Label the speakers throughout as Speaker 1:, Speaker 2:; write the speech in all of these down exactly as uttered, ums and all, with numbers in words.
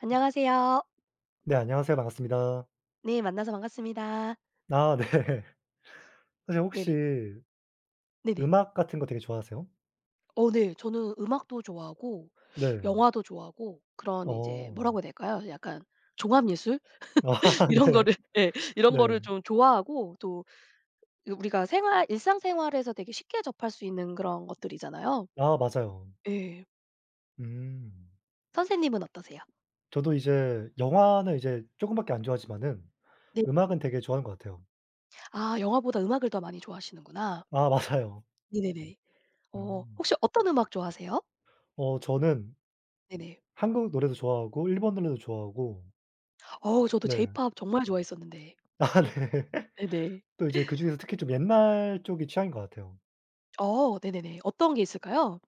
Speaker 1: 안녕하세요.
Speaker 2: 네, 안녕하세요. 반갑습니다.
Speaker 1: 네, 만나서 반갑습니다.
Speaker 2: 아, 네. 사실 혹시
Speaker 1: 네네. 네네.
Speaker 2: 음악 같은 거 되게 좋아하세요?
Speaker 1: 어 네. 저는 음악도 좋아하고
Speaker 2: 네.
Speaker 1: 영화도 좋아하고 그런 이제
Speaker 2: 어.
Speaker 1: 뭐라고 해야 될까요? 약간 종합 예술
Speaker 2: 아,
Speaker 1: 이런
Speaker 2: 네.
Speaker 1: 거를 예 이런
Speaker 2: 네.
Speaker 1: 거를 좀 좋아하고 또 이 우리가 생활 일상생활에서 되게 쉽게 접할 수 있는 그런 것들이잖아요.
Speaker 2: 아, 맞아요.
Speaker 1: 예.
Speaker 2: 음.
Speaker 1: 선생님은 어떠세요?
Speaker 2: 저도 이제 영화는 이제 조금 밖에 안 좋아하지만은
Speaker 1: 네네네.
Speaker 2: 음악은 되게 좋아하는 것 같아요.
Speaker 1: 아, 영화보다 음악을 더 많이 좋아하시는구나.
Speaker 2: 아, 맞아요.
Speaker 1: 네네네. 어
Speaker 2: 음.
Speaker 1: 혹시 어떤 음악 좋아하세요?
Speaker 2: 어 저는
Speaker 1: 네네.
Speaker 2: 한국 노래도 좋아하고 일본 노래도 좋아하고.
Speaker 1: 어우, 저도
Speaker 2: 네.
Speaker 1: J-팝 정말 좋아했었는데.
Speaker 2: 아, 네.
Speaker 1: 네네.
Speaker 2: 또 이제 그중에서 특히 좀 옛날 쪽이 취향인 것 같아요.
Speaker 1: 어 네네네. 어떤 게 있을까요?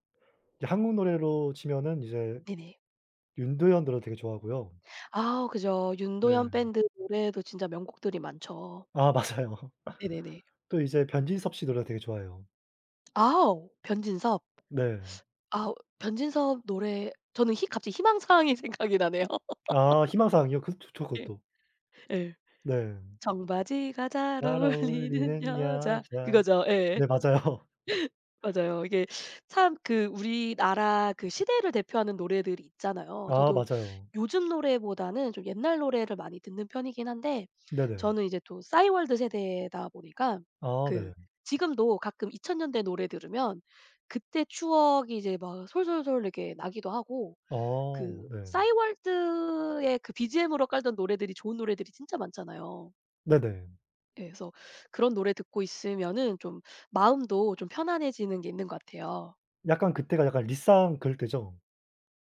Speaker 2: 이제 한국 노래로 치면은 이제
Speaker 1: 네네.
Speaker 2: 윤도현 노래 되게 좋아하고요.
Speaker 1: 아 그죠.
Speaker 2: 네.
Speaker 1: 윤도현 밴드 노래도 진짜 명곡들이 많죠.
Speaker 2: 아, 맞아요.
Speaker 1: 네네네.
Speaker 2: 또 이제 변진섭 씨 노래가 되게 좋아요.
Speaker 1: 아우, 변진섭.
Speaker 2: 네.
Speaker 1: 아우, 변진섭 노래 저는 희 갑자기 희망사항이 생각이 나네요.
Speaker 2: 아, 희망사항이요? 그 좋죠,
Speaker 1: 예.
Speaker 2: 그것도.
Speaker 1: 예.
Speaker 2: 네.
Speaker 1: 청바지가 잘
Speaker 2: 날 어울리
Speaker 1: 어울리는
Speaker 2: 는
Speaker 1: 여자
Speaker 2: 여자.
Speaker 1: 그거죠. 예.
Speaker 2: 네, 맞아요.
Speaker 1: 맞아요. 이게 참 그 우리나라 그 시대를 대표하는 노래들이 있잖아요.
Speaker 2: 아,
Speaker 1: 저도
Speaker 2: 맞아요.
Speaker 1: 요즘 노래보다는 좀 옛날 노래를 많이 듣는 편이긴 한데,
Speaker 2: 네네.
Speaker 1: 저는 이제 또 싸이월드 세대다 보니까
Speaker 2: 아,
Speaker 1: 그
Speaker 2: 네.
Speaker 1: 지금도 가끔 이천 년대 노래 들으면 그때 추억이 이제 막 솔솔솔 이렇게 나기도 하고,
Speaker 2: 어,
Speaker 1: 그
Speaker 2: 네.
Speaker 1: 싸이월드의 그 비지엠으로 깔던 노래들이 좋은 노래들이 진짜 많잖아요.
Speaker 2: 네네.
Speaker 1: 예, 그래서 그런 노래 듣고 있으면은 좀 마음도 좀 편안해지는 게 있는 것 같아요.
Speaker 2: 약간 그때가 약간 리쌍 그럴 때죠?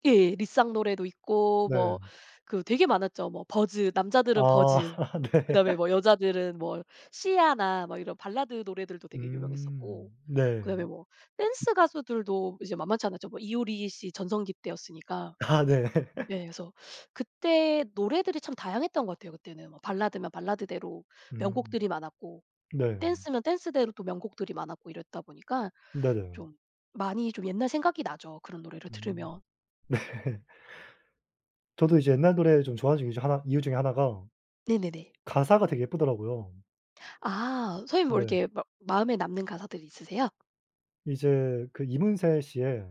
Speaker 1: 예. 리쌍 노래도 있고,
Speaker 2: 네.
Speaker 1: 뭐 그 되게 많았죠. 뭐 버즈,
Speaker 2: 아,
Speaker 1: 남자들은 버즈,
Speaker 2: 네.
Speaker 1: 그다음에 뭐 여자들은 뭐 시아나 막 이런 발라드 노래들도 되게 유명했었고,
Speaker 2: 음, 네.
Speaker 1: 그다음에 뭐 댄스 가수들도 이제 만만치 않았죠. 뭐 이효리 씨 전성기 때였으니까.
Speaker 2: 아, 네.
Speaker 1: 예. 그래서 그때 노래들이 참 다양했던 것 같아요 그때는. 뭐 발라드면 발라드대로
Speaker 2: 음,
Speaker 1: 명곡들이 많았고,
Speaker 2: 네.
Speaker 1: 댄스면 댄스대로 또 명곡들이 많았고 이랬다 보니까,
Speaker 2: 네네.
Speaker 1: 좀 많이 좀 옛날 생각이 나죠 그런 노래를
Speaker 2: 음.
Speaker 1: 들으면.
Speaker 2: 네. 저도 이제 옛날 노래 좀 좋아하는 중이죠. 하나 이유 중에 하나가
Speaker 1: 네네네.
Speaker 2: 가사가 되게 예쁘더라고요.
Speaker 1: 아 선생님 뭐
Speaker 2: 네.
Speaker 1: 이렇게 마, 마음에 남는 가사들이 있으세요?
Speaker 2: 이제 그 이문세 씨의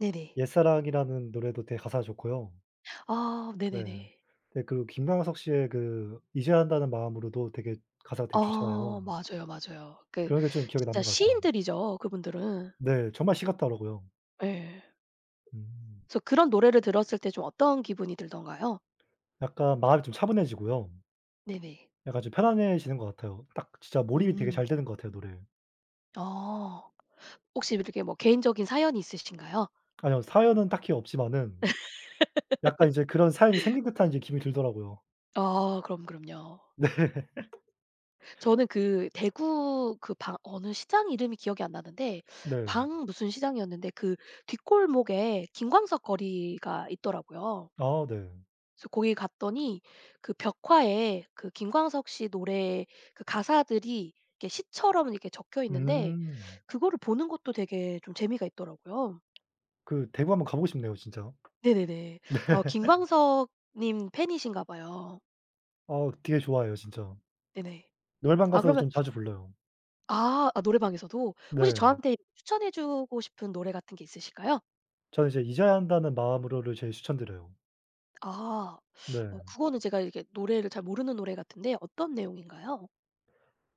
Speaker 1: 네네.
Speaker 2: 옛사랑이라는 노래도 되게 가사가 좋고요.
Speaker 1: 아
Speaker 2: 네.
Speaker 1: 네네네.
Speaker 2: 네, 그리고 김광석 씨의 그 잊어야 한다는 마음으로도 되게 가사가 되게
Speaker 1: 아
Speaker 2: 좋잖아요.
Speaker 1: 맞아요, 맞아요. 그
Speaker 2: 그런 게 좀 기억에
Speaker 1: 진짜
Speaker 2: 남는 것 같아요.
Speaker 1: 시인들이죠, 그분들은.
Speaker 2: 네. 정말 시 같더라고요.
Speaker 1: 예.
Speaker 2: 음.
Speaker 1: 그래서 그런 노래를 들었을 때 좀 어떤 기분이 들던가요?
Speaker 2: 약간 마음이 좀 차분해지고요.
Speaker 1: 네네.
Speaker 2: 약간 좀 편안해지는 것 같아요. 딱 진짜 몰입이 되게
Speaker 1: 음.
Speaker 2: 잘 되는 것 같아요, 노래에.
Speaker 1: 아. 혹시 이렇게 뭐 개인적인 사연이 있으신가요?
Speaker 2: 아니요, 사연은 딱히 없지만은 약간 이제 그런 사연이 생긴 듯한 이제 기분이 들더라고요.
Speaker 1: 아, 그럼, 그럼요.
Speaker 2: 네.
Speaker 1: 저는 그 대구 그 방 어느 시장 이름이 기억이 안 나는데,
Speaker 2: 네.
Speaker 1: 방 무슨 시장이었는데 그 뒷골목에 김광석 거리가 있더라고요.
Speaker 2: 아, 네.
Speaker 1: 그래서 거기 갔더니 그 벽화에 그 김광석 씨 노래 그 가사들이 이렇게 시처럼 이렇게 적혀 있는데,
Speaker 2: 음.
Speaker 1: 그거를 보는 것도 되게 좀 재미가 있더라고요.
Speaker 2: 그 대구 한번 가 보고 싶네요 진짜.
Speaker 1: 네네네. 어 김광석 님 팬이신가 봐요.
Speaker 2: 어, 되게 좋아해요 진짜.
Speaker 1: 네네.
Speaker 2: 노래방
Speaker 1: 아
Speaker 2: 가서
Speaker 1: 그러면,
Speaker 2: 좀 자주 불러요.
Speaker 1: 아 아 노래방에서도 혹시
Speaker 2: 네.
Speaker 1: 저한테 추천해 주고 싶은 노래 같은 게 있으실까요?
Speaker 2: 저는 이제 '잊어야 한다.'는 마음으로를 제일 추천드려요.
Speaker 1: 아.
Speaker 2: 네.
Speaker 1: 어 그거는 제가 이렇게 노래를 잘 모르는 노래 같은데 어떤 내용인가요?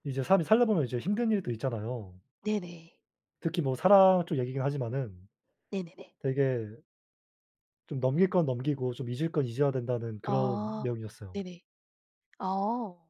Speaker 2: 이제 사람이 살다 보면 이제 힘든 일도 있잖아요.
Speaker 1: 네네.
Speaker 2: 특히 뭐 사랑 쪽 얘기긴 하지만은
Speaker 1: 네네네.
Speaker 2: 되게 좀 넘길 건 넘기고 좀 잊을 건 잊어야 된다는 그런
Speaker 1: 아.
Speaker 2: 내용이었어요.
Speaker 1: 네네. 아.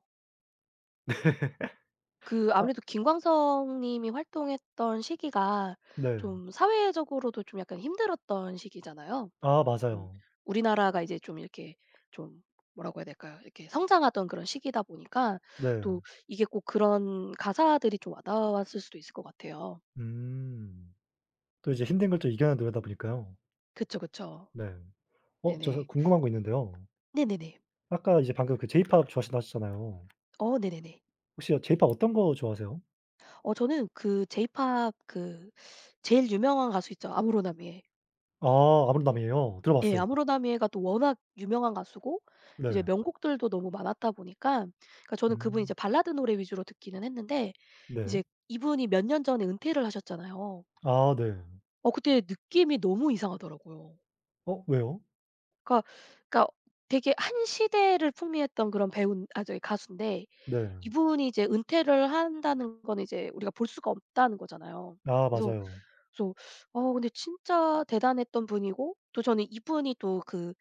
Speaker 1: 그
Speaker 2: 아,
Speaker 1: 아무래도 김광석 님이 활동했던 시기가
Speaker 2: 네.
Speaker 1: 좀 사회적으로도 좀 약간 힘들었던 시기잖아요.
Speaker 2: 아,
Speaker 1: 음
Speaker 2: 맞아요.
Speaker 1: 우리나라가 이제 좀 이렇게 좀 뭐라고 해야 될까요? 이렇게 성장하던 그런 시기다 보니까
Speaker 2: 네.
Speaker 1: 또 이게 꼭 그런 가사들이 좀 와닿았을 수도 있을 것 같아요.
Speaker 2: 음. 또 이제 힘든 걸 또 이겨내는 노래다 보니까요.
Speaker 1: 그쵸, 그쵸.
Speaker 2: 네. 어, 저 사
Speaker 1: 네네.
Speaker 2: 궁금한 거 있는데요.
Speaker 1: 네네네.
Speaker 2: 아까 이제 방금 그 제이팝 좋아하신다 하셨잖아요.
Speaker 1: 어 네네네.
Speaker 2: 혹시 제이팝 어떤 거 좋아하세요?
Speaker 1: 어 저는 그 제이팝 그 제일 유명한 가수 있죠. 아무로나미에.
Speaker 2: 아, 아브람담이에요.
Speaker 1: 예.
Speaker 2: 들어봤어요.
Speaker 1: 아무로나미에가 또 워낙 유명한 가수고 이제
Speaker 2: 네.
Speaker 1: 명곡들도 너무 많았다 보니까, 그러니까 저는 그분 이
Speaker 2: 음.
Speaker 1: 제 발라드 노래 위주로 듣기는 했는데,
Speaker 2: 네.
Speaker 1: 이제 이분이 몇 년 전에 은퇴를 하셨잖아요.
Speaker 2: 아, 네.
Speaker 1: 어 그때 느낌이 너무 이상하더라고요.
Speaker 2: 어, 왜요?
Speaker 1: 그러니까 그러니까 되게 한 시대를 풍미했던 그런 배우 아 저기 가수인데
Speaker 2: 네.
Speaker 1: 이분이 이제 은퇴를 한다는 건 이제 우리가 볼 수가 없다는 거잖아요.
Speaker 2: 아,
Speaker 1: 그래서
Speaker 2: 맞아요.
Speaker 1: 그래서 어 근데 진짜 대단했던 분이고 또 저는 이분이 또 그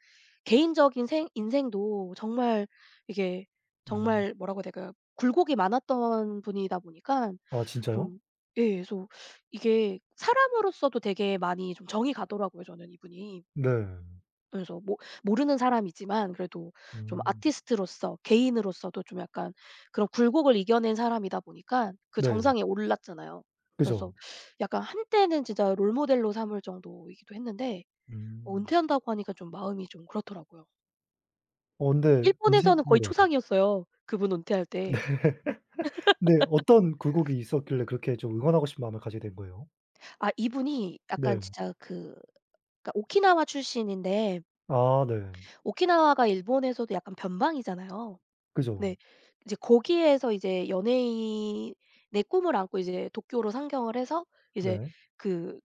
Speaker 1: 개인적인 생 인생도 정말 이게
Speaker 2: 음.
Speaker 1: 정말 뭐라고 해야 될까요? 굴곡이 많았던 분이다 보니까
Speaker 2: 아, 진짜요?
Speaker 1: 좀, 예, 그래서 이게 사람으로서도 되게 많이 좀 정이 가더라고요 저는 이분이.
Speaker 2: 네.
Speaker 1: 그래서 모 모르는 사람이지만 그래도 좀
Speaker 2: 음.
Speaker 1: 아티스트로서 개인으로서도 좀 약간 그런 굴곡을 이겨낸 사람이다 보니까 그
Speaker 2: 네.
Speaker 1: 정상에 올랐잖아요.
Speaker 2: 그죠.
Speaker 1: 그래서 약간 한때는 진짜 롤 모델로 삼을 정도이기도 했는데 어
Speaker 2: 음.
Speaker 1: 은퇴한다고 하니까 좀 마음이 좀 그렇더라고요.
Speaker 2: 어, 근데 인생
Speaker 1: 일본에서는 거의
Speaker 2: 네네.
Speaker 1: 초상이었어요, 그분 은퇴할 때.
Speaker 2: 데 어떤 굴 곡이 있었길래 그렇게 좀 응원하고 싶은 마음을 가지게 된 거예요?
Speaker 1: 아 이분이 약간
Speaker 2: 네.
Speaker 1: 진짜 그 그러니까 오키나와 출신인데,
Speaker 2: 아, 네.
Speaker 1: 오키나와가 일본에서도 약간 변방이잖아요.
Speaker 2: 그죠.
Speaker 1: 네. 이제 거기에서 이제 연예인의 꿈을 안고 이제 도쿄로 상경을 해서 이제
Speaker 2: 네.
Speaker 1: 그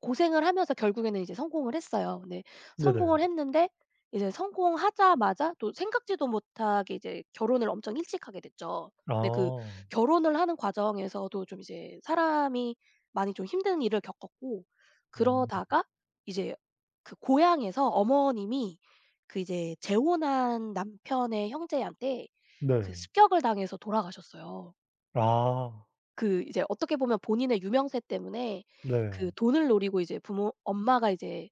Speaker 1: 고생을 하면서 결국에는 이제 성공을 했어요. 근데
Speaker 2: 네네.
Speaker 1: 성공을 했는데 이제 성공하자마자 또 생각지도 못하게 이제 결혼을 엄청 일찍 하게 됐죠. 근데 그
Speaker 2: 아.
Speaker 1: 결혼을 하는 과정에서도 좀 이제 사람이 많이 좀 힘든 일을 겪었고,
Speaker 2: 음.
Speaker 1: 그러다가 이제 그 고향에서 어머님이 그 이제 재혼한 남편의 형제한테 그
Speaker 2: 네.
Speaker 1: 습격을 당해서 돌아가셨어요.
Speaker 2: 아.
Speaker 1: 그 이제 어떻게 보면 본인의 유명세 때문에 그
Speaker 2: 네.
Speaker 1: 돈을 노리고 이제 부모 엄마가 이제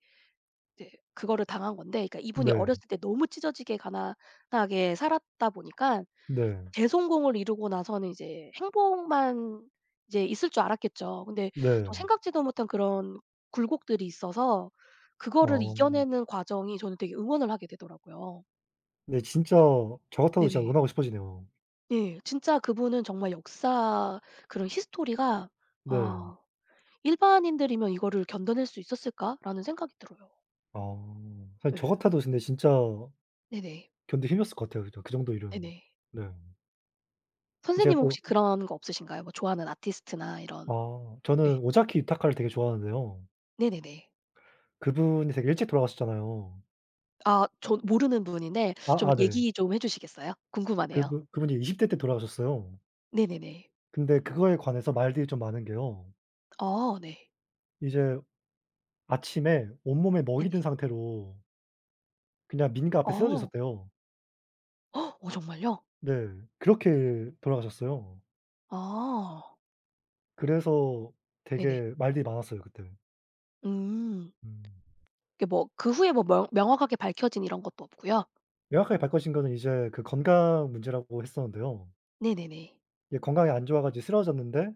Speaker 1: 이제 그거를 당한 건데, 그러니까 이분이
Speaker 2: 네.
Speaker 1: 어렸을 때 너무 찢어지게 가난하게 살았다 보니까
Speaker 2: 네.
Speaker 1: 대성공을 이루고 나서는 이제 행복만 이제 있을 줄 알았겠죠. 근데 또
Speaker 2: 네.
Speaker 1: 생각지도 못한 그런 굴곡들이 있어서 그거를
Speaker 2: 아.
Speaker 1: 이겨내는 과정이 저는 되게 응원을 하게 되더라고요.
Speaker 2: 네, 진짜 저 같아도 진짜
Speaker 1: 네네.
Speaker 2: 응원하고 싶어지네요.
Speaker 1: 예. 진짜 그분은 정말 역사 그런 히스토리가
Speaker 2: 네.
Speaker 1: 아 '일반인들이면 이거를 견뎌낼 수 있었을까?'라는 생각이 들어요.
Speaker 2: 아. 사실 저
Speaker 1: 예.
Speaker 2: 같아도 근데 진짜
Speaker 1: 네네.
Speaker 2: 견디기 힘들었을 것 같아요, 그그 정도 일은.
Speaker 1: 네네.
Speaker 2: 네. 제가
Speaker 1: 선생님은
Speaker 2: 또
Speaker 1: 혹시 그런 거 없으신가요? 뭐 좋아하는 아티스트나 이런
Speaker 2: 아 저는
Speaker 1: 예.
Speaker 2: 오자키 유타카를 되게 좋아하는데요.
Speaker 1: 네네네.
Speaker 2: 그분이 되게 일찍 돌아가셨잖아요.
Speaker 1: 아 전 모르는 분인데
Speaker 2: 아
Speaker 1: 좀
Speaker 2: 아 네.
Speaker 1: 얘기 좀 해 주시겠어요? 궁금하네요.
Speaker 2: 그분 그분이 이십 대 때 돌아가셨어요.
Speaker 1: 네네네.
Speaker 2: 근데 그거에 관해서 말들이 좀 많은 게요.
Speaker 1: 아 네.
Speaker 2: 이제 아침에 온몸에 먹이 든
Speaker 1: 네네.
Speaker 2: 상태로 그냥 민가 앞에 쓰러져
Speaker 1: 어.
Speaker 2: 있었대요.
Speaker 1: 어 정말요?
Speaker 2: 네. 그렇게 돌아가셨어요.
Speaker 1: 아.
Speaker 2: 그래서
Speaker 1: 네네.
Speaker 2: 되게 말들이 많았어요 그때.
Speaker 1: 음.
Speaker 2: 음.
Speaker 1: 이게 뭐 그 후에 뭐 명 명확하게 밝혀진 이런 것도 없고요?
Speaker 2: 명확하게 바꿔진 거는 이제 그 건강 문제라고 했었는데요.
Speaker 1: 네네네.
Speaker 2: 이게 건강이 안 좋아 가지고 쓰러졌는데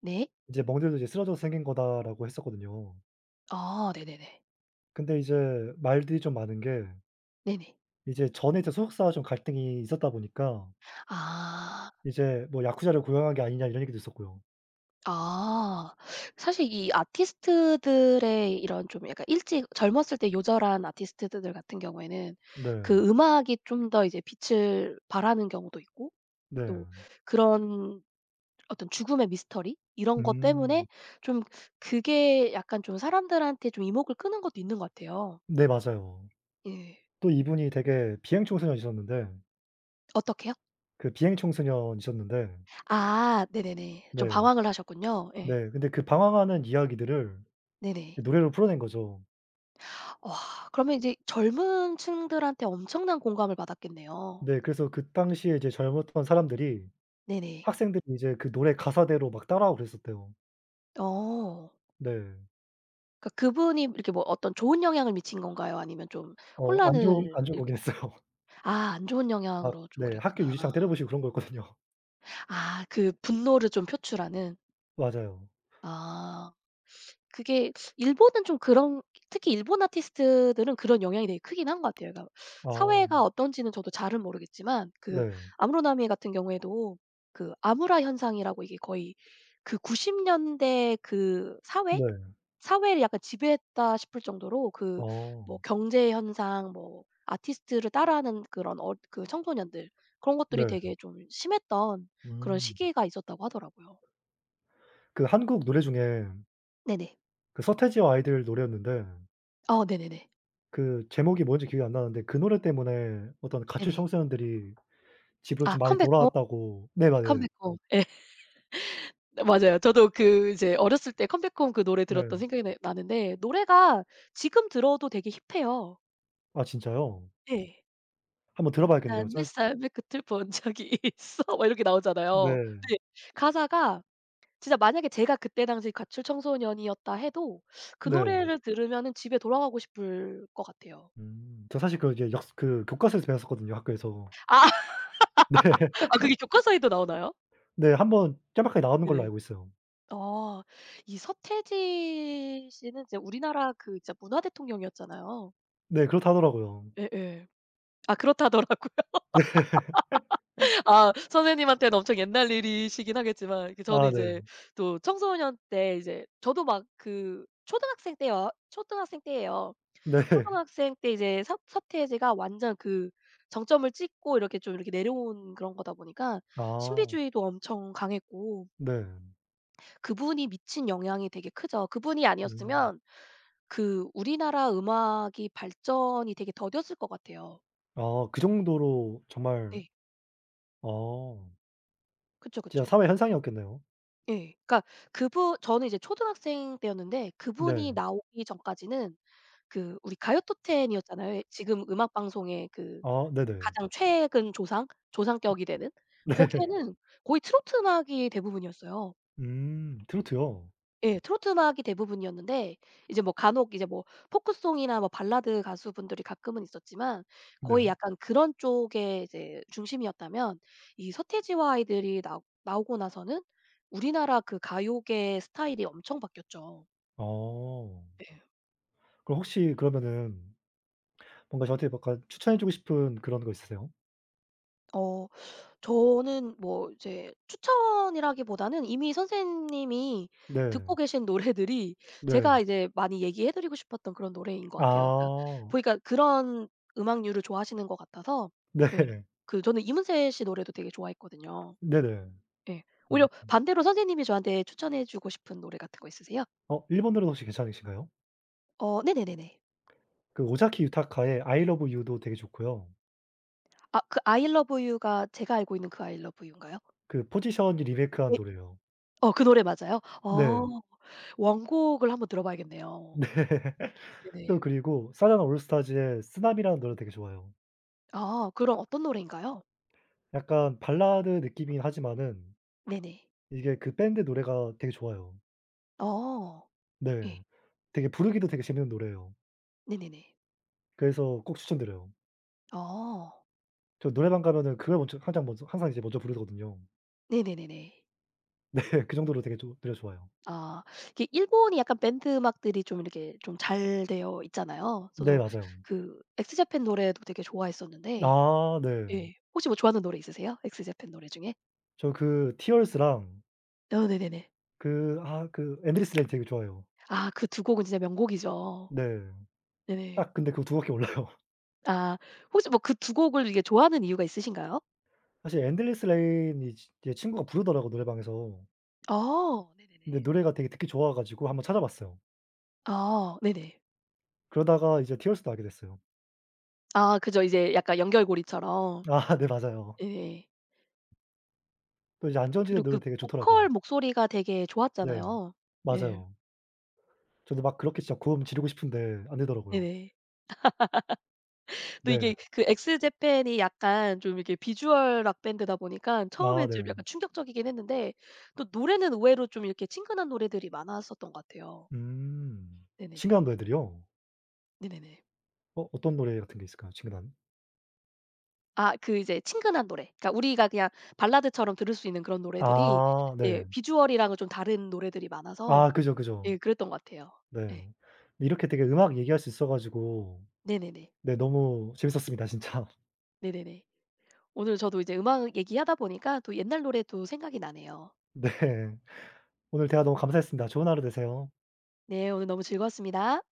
Speaker 1: 네.
Speaker 2: 이제 "멍들도 이제 쓰러져서 생긴 거다."라고 했었거든요.
Speaker 1: 아 네네네.
Speaker 2: 근데 이제 말들이 좀 많은 게
Speaker 1: 네네.
Speaker 2: 이제 전에 이제 소속사와 좀 갈등이 있었다 보니까
Speaker 1: 아.
Speaker 2: 이제 뭐 "야쿠자를 고용한 게 아니냐." 이런 얘기도 있었고요.
Speaker 1: 아. 사실 이 아티스트들의 이런 좀 약간 일찍 젊었을 때 요절한 아티스트들 같은 경우에는
Speaker 2: 네.
Speaker 1: 그 음악이 좀 더 이제 빛을 발하는 경우도 있고,
Speaker 2: 네.
Speaker 1: 또 그런 어떤 죽음의 미스터리 이런 것
Speaker 2: 음.
Speaker 1: 때문에 좀 그게 약간 좀 사람들한테 좀 이목을 끄는 것도 있는 것 같아요.
Speaker 2: 네, 맞아요.
Speaker 1: 예.
Speaker 2: 또 이분이 되게 비행청소년이셨는데
Speaker 1: 어떻게요?
Speaker 2: 그 비행청소년이셨는데
Speaker 1: 아 네네네. 좀
Speaker 2: 네.
Speaker 1: 방황을 하셨군요. 예.
Speaker 2: 네. 근데 그 방황하는 이야기들을 이제
Speaker 1: 네네.
Speaker 2: 노래로 풀어낸 거죠.
Speaker 1: 와, 그러면 이제 젊은 층들한테 엄청난 공감을 받았겠네요.
Speaker 2: 네. 그래서 그 당시에 이제 젊었던 사람들이
Speaker 1: 네네.
Speaker 2: 학생들이 이제 그 노래 가사대로 막 따라하고 그랬었대요.
Speaker 1: 어.
Speaker 2: 네.
Speaker 1: 그러니까 그분이 이렇게 뭐 어떤 좋은 영향을 미친 건가요? 아니면 좀
Speaker 2: 어, 안 좋은
Speaker 1: 혼란을
Speaker 2: 안 좋은
Speaker 1: 이렇
Speaker 2: 거긴 했어요.
Speaker 1: 아, 안 좋은
Speaker 2: 막
Speaker 1: 영향으로 좀
Speaker 2: 네, 학교
Speaker 1: 그랬구나.
Speaker 2: 유리창 때려 부수고 그런 거였거든요.
Speaker 1: 아 그 분노를 좀 표출하는.
Speaker 2: 맞아요.
Speaker 1: 아. 그게 일본은 좀 그런 특히 일본 아티스트들은 그런 영향이 되게 크긴 한 것 같아요. 그러니까
Speaker 2: 아,
Speaker 1: 사회가 어떤지는 저도 잘은 모르겠지만 그
Speaker 2: 네.
Speaker 1: 아무로나미에 같은 경우에도 그 아무라 현상이라고 이게 거의 그 구십 년대 그 사회?
Speaker 2: 네.
Speaker 1: 사회를 약간 지배했다 싶을 정도로 그
Speaker 2: 어,
Speaker 1: 뭐 경제 현상 뭐 아티스트를 따라하는 그런 어 그 청소년들 그런 것들이
Speaker 2: 네.
Speaker 1: 되게 좀 심했던 그런
Speaker 2: 음.
Speaker 1: 시기가 있었다고 하더라고요.
Speaker 2: 그 한국 노래 중에
Speaker 1: 네네.
Speaker 2: 그 서태지와 아이들 노래였는데
Speaker 1: 어 네네네.
Speaker 2: 그 제목이 뭔지 기억이 안 나는데 그 노래 때문에 어떤 가출
Speaker 1: 네네.
Speaker 2: 청소년들이 집으로
Speaker 1: 아
Speaker 2: 좀 많이
Speaker 1: 컴백,
Speaker 2: 돌아왔다고. 네, 맞아요.
Speaker 1: 컴백홈. 예. 맞아요. 저도 그 이제 어렸을 때 컴백홈 그 노래
Speaker 2: 네.
Speaker 1: 들었던 생각이 나 나는데, 노래가 지금 들어도 되게 힙해요.
Speaker 2: 아, 진짜요?
Speaker 1: 예.
Speaker 2: 한번 들어 봐야겠네요.
Speaker 1: "난 네
Speaker 2: 사실
Speaker 1: 삶의 끝을 본 적이 있어." 막 이렇게 나오잖아요.
Speaker 2: 네.
Speaker 1: 네. 가사가 진짜 만약에 제가 그때 당시 가출 청소년이었다 해도 그
Speaker 2: 네.
Speaker 1: 노래를 들으면은 집에 돌아가고 싶을 것 같아요.
Speaker 2: 음. 저 사실 그 이제 역습 그 교과서에서 배웠었거든요, 학교에서. 네.
Speaker 1: 아 그게 교과서에도 나오나요?
Speaker 2: 네. 한 번 짤막하게 나오는 걸로
Speaker 1: 네네.
Speaker 2: 알고 있어요.
Speaker 1: 아. 이 서태지 씨는 이제 우리나라 그 진짜 문화 대통령이었잖아요.
Speaker 2: 네. 그렇다 하더라고요.
Speaker 1: 예예. 아 그렇다더라고요. 아 선생님한테는 엄청 옛날 일이시긴 하겠지만 그 저는
Speaker 2: 아, 네.
Speaker 1: 이제 또 청소년 때 이제 저도 막 그 초등학생 때요, 초등학생 때예요.
Speaker 2: 네.
Speaker 1: 초등학생 때 이제 사 사태지가 완전 그 정점을 찍고 이렇게 좀 이렇게 내려온 그런 거다 보니까
Speaker 2: 아.
Speaker 1: 신비주의도 엄청 강했고
Speaker 2: 네.
Speaker 1: 그분이 미친 영향이 되게 크죠. 그분이
Speaker 2: 음.
Speaker 1: 아니었으면 그 우리나라 음악이 발전이 되게 더뎠을 것 같아요.
Speaker 2: 아, 그 정도로 정말
Speaker 1: 네.
Speaker 2: 어,
Speaker 1: 그쵸,
Speaker 2: 진짜
Speaker 1: 그쵸.
Speaker 2: 사회 현상이었겠네요.
Speaker 1: 예. 그러니까 그분 저는 이제 초등학생 때였는데 그분이
Speaker 2: 네.
Speaker 1: 나오기 전까지는 그 우리 가요 토텐 이었잖아요. 지금 음악 방송의 그
Speaker 2: 아, 네네.
Speaker 1: 가장 최근 조상? 조상격이 되는? 거기에는 거의 트로트 음악이 대부분이었어요.
Speaker 2: 음, 트로트요?
Speaker 1: 예. 트로트 음악이 대부분이었는데 이제 뭐 간혹 이제 뭐 포크송이나 뭐 발라드 가수분들이 가끔은 있었지만 거의
Speaker 2: 네.
Speaker 1: 약간 그런 쪽에 이제 중심이었다면 이 서태지와 아이들이 나오 나오고 나서는 우리나라 그 가요계 스타일이 엄청 바뀌었죠.
Speaker 2: 어.
Speaker 1: 예.
Speaker 2: 그럼 혹시 그러면은 뭔가 저한테 약간 추천해 주고 싶은 그런 거 있으세요?
Speaker 1: 어. 저는 뭐 이제 추천이라기보다는 이미 선생님이
Speaker 2: 네.
Speaker 1: 듣고 계신 노래들이
Speaker 2: 네.
Speaker 1: 제가 이제 많이 얘기해 드리고 싶었던 그런 노래인 것 같아요. 그러니까
Speaker 2: 아.
Speaker 1: 보니까 그런 음악류를 좋아하시는 것 같아서
Speaker 2: 네.
Speaker 1: 예. 그 저는 이문세 씨 노래도 되게 좋아했거든요.
Speaker 2: 네네.
Speaker 1: 예.
Speaker 2: 음.
Speaker 1: 오히려 반대로 선생님이 저한테 추천해 주고 싶은 노래 같은 거 있으세요?
Speaker 2: 어, 일본 노래 혹시 괜찮으신가요?
Speaker 1: 어 네네네네.
Speaker 2: 그 오자키 유타카의 I Love You도 되게 좋고요.
Speaker 1: 아 그 I love you가 제가 알고 있는 그 I love you인가요?
Speaker 2: 그 포지션이 리메이크한
Speaker 1: 예.
Speaker 2: 노래예요.
Speaker 1: 어 그 노래 맞아요?
Speaker 2: 네.
Speaker 1: 어 원곡을 한번 들어봐야겠네요.
Speaker 2: 네. 또
Speaker 1: 네네.
Speaker 2: 그리고 사자나 올스타즈의 쓰나미라는 노래 되게 좋아요.
Speaker 1: 아 그럼 어떤 노래인가요?
Speaker 2: 약간 발라드 느낌이긴 하지만은
Speaker 1: 네네.
Speaker 2: 이게 그 밴드 노래가 되게 좋아요.
Speaker 1: 어.
Speaker 2: 네.
Speaker 1: 예.
Speaker 2: 되게 부르기도 되게 재밌는 노래예요.
Speaker 1: 네네네.
Speaker 2: 그래서 꼭 추천드려요.
Speaker 1: 어.
Speaker 2: 저 노래방 가면은 그걸 먼저 항상 먼저 항상 이제 먼저 부르거든요.
Speaker 1: 네네네네.
Speaker 2: 네. 그 정도로 되게 조 노래 좋아요.
Speaker 1: 아 이게 일본이 약간 밴드 음악들이 좀 이렇게 좀 잘 되어 있잖아요.
Speaker 2: 네,
Speaker 1: 저도
Speaker 2: 맞아요.
Speaker 1: 그 엑스제팬 노래도 되게 좋아했었는데
Speaker 2: 아, 네.
Speaker 1: 예. 혹시 뭐 좋아하는 노래 있으세요? 엑스제팬 노래 중에?
Speaker 2: 저 그 Tears랑
Speaker 1: 어 네네네.
Speaker 2: 그 아 그 엔드리스 레인 되게 좋아해요.
Speaker 1: 아 그 두 곡은 진짜 명곡이죠.
Speaker 2: 네.
Speaker 1: 네네.
Speaker 2: 딱 근데 그거 두 바퀴 올라요.
Speaker 1: 아 혹시 뭐 그 두 곡을 이게 좋아하는 이유가 있으신가요?
Speaker 2: 사실 엔드리스 레인이 지 제 친구가 부르더라고 노래방에서.
Speaker 1: 어 네네네.
Speaker 2: 근데 노래가 되게 듣기 좋아 가지고 한번 찾아봤어요.
Speaker 1: 아 네네.
Speaker 2: 그러다가 이제 티어스도 알게 됐어요.
Speaker 1: 아 그죠. 이제 약간 연결고리처럼.
Speaker 2: 아, 네, 맞아요.
Speaker 1: 네예
Speaker 2: 또 이제 안전지대
Speaker 1: 그리고
Speaker 2: 노래
Speaker 1: 그
Speaker 2: 되게 좋더라고요.
Speaker 1: 보컬 목소리가 되게
Speaker 2: 네.
Speaker 1: 좋았잖아요. 예.
Speaker 2: 맞아요. 저도 막 그렇게 진짜 고음 지르고 싶은데 안 되더라고요.
Speaker 1: 네네. 또
Speaker 2: 네.
Speaker 1: 이게 그 엑스제팬이 약간 좀 이렇게 비주얼 락 밴드다 보니까
Speaker 2: 아,
Speaker 1: 처음에 좀
Speaker 2: 네.
Speaker 1: 약간 충격적이긴 했는데 또 노래는 의외로 좀 이렇게 친근한 노래들이 많았었던 것 같아요.
Speaker 2: 음.
Speaker 1: 네네.
Speaker 2: 친근한 노래들이요?
Speaker 1: 네네네.
Speaker 2: 어, 어떤 노래 같은 게 있을까요? 친근한?
Speaker 1: 아 그 이제 친근한 노래. 그러니까 우리가 그냥 발라드처럼 들을 수 있는 그런 노래들이,
Speaker 2: 아,
Speaker 1: 예
Speaker 2: 네.
Speaker 1: 비주얼이랑은 좀 다른 노래들이 많아서
Speaker 2: 아, 그죠, 그죠.
Speaker 1: 예 그랬던 것 같아요.
Speaker 2: 네.
Speaker 1: 예.
Speaker 2: 이렇게 되게 음악 얘기할 수 있어 가지고
Speaker 1: 네네네.
Speaker 2: 네. 너무 재밌었습니다 진짜.
Speaker 1: 네네네. 오늘 저도 이제 음악 얘기하다 보니까 또 옛날 노래도 생각이 나네요.
Speaker 2: 네. 오늘 대화 너무 감사했습니다. 좋은 하루 되세요.
Speaker 1: 네, 오늘 너무 즐거웠습니다.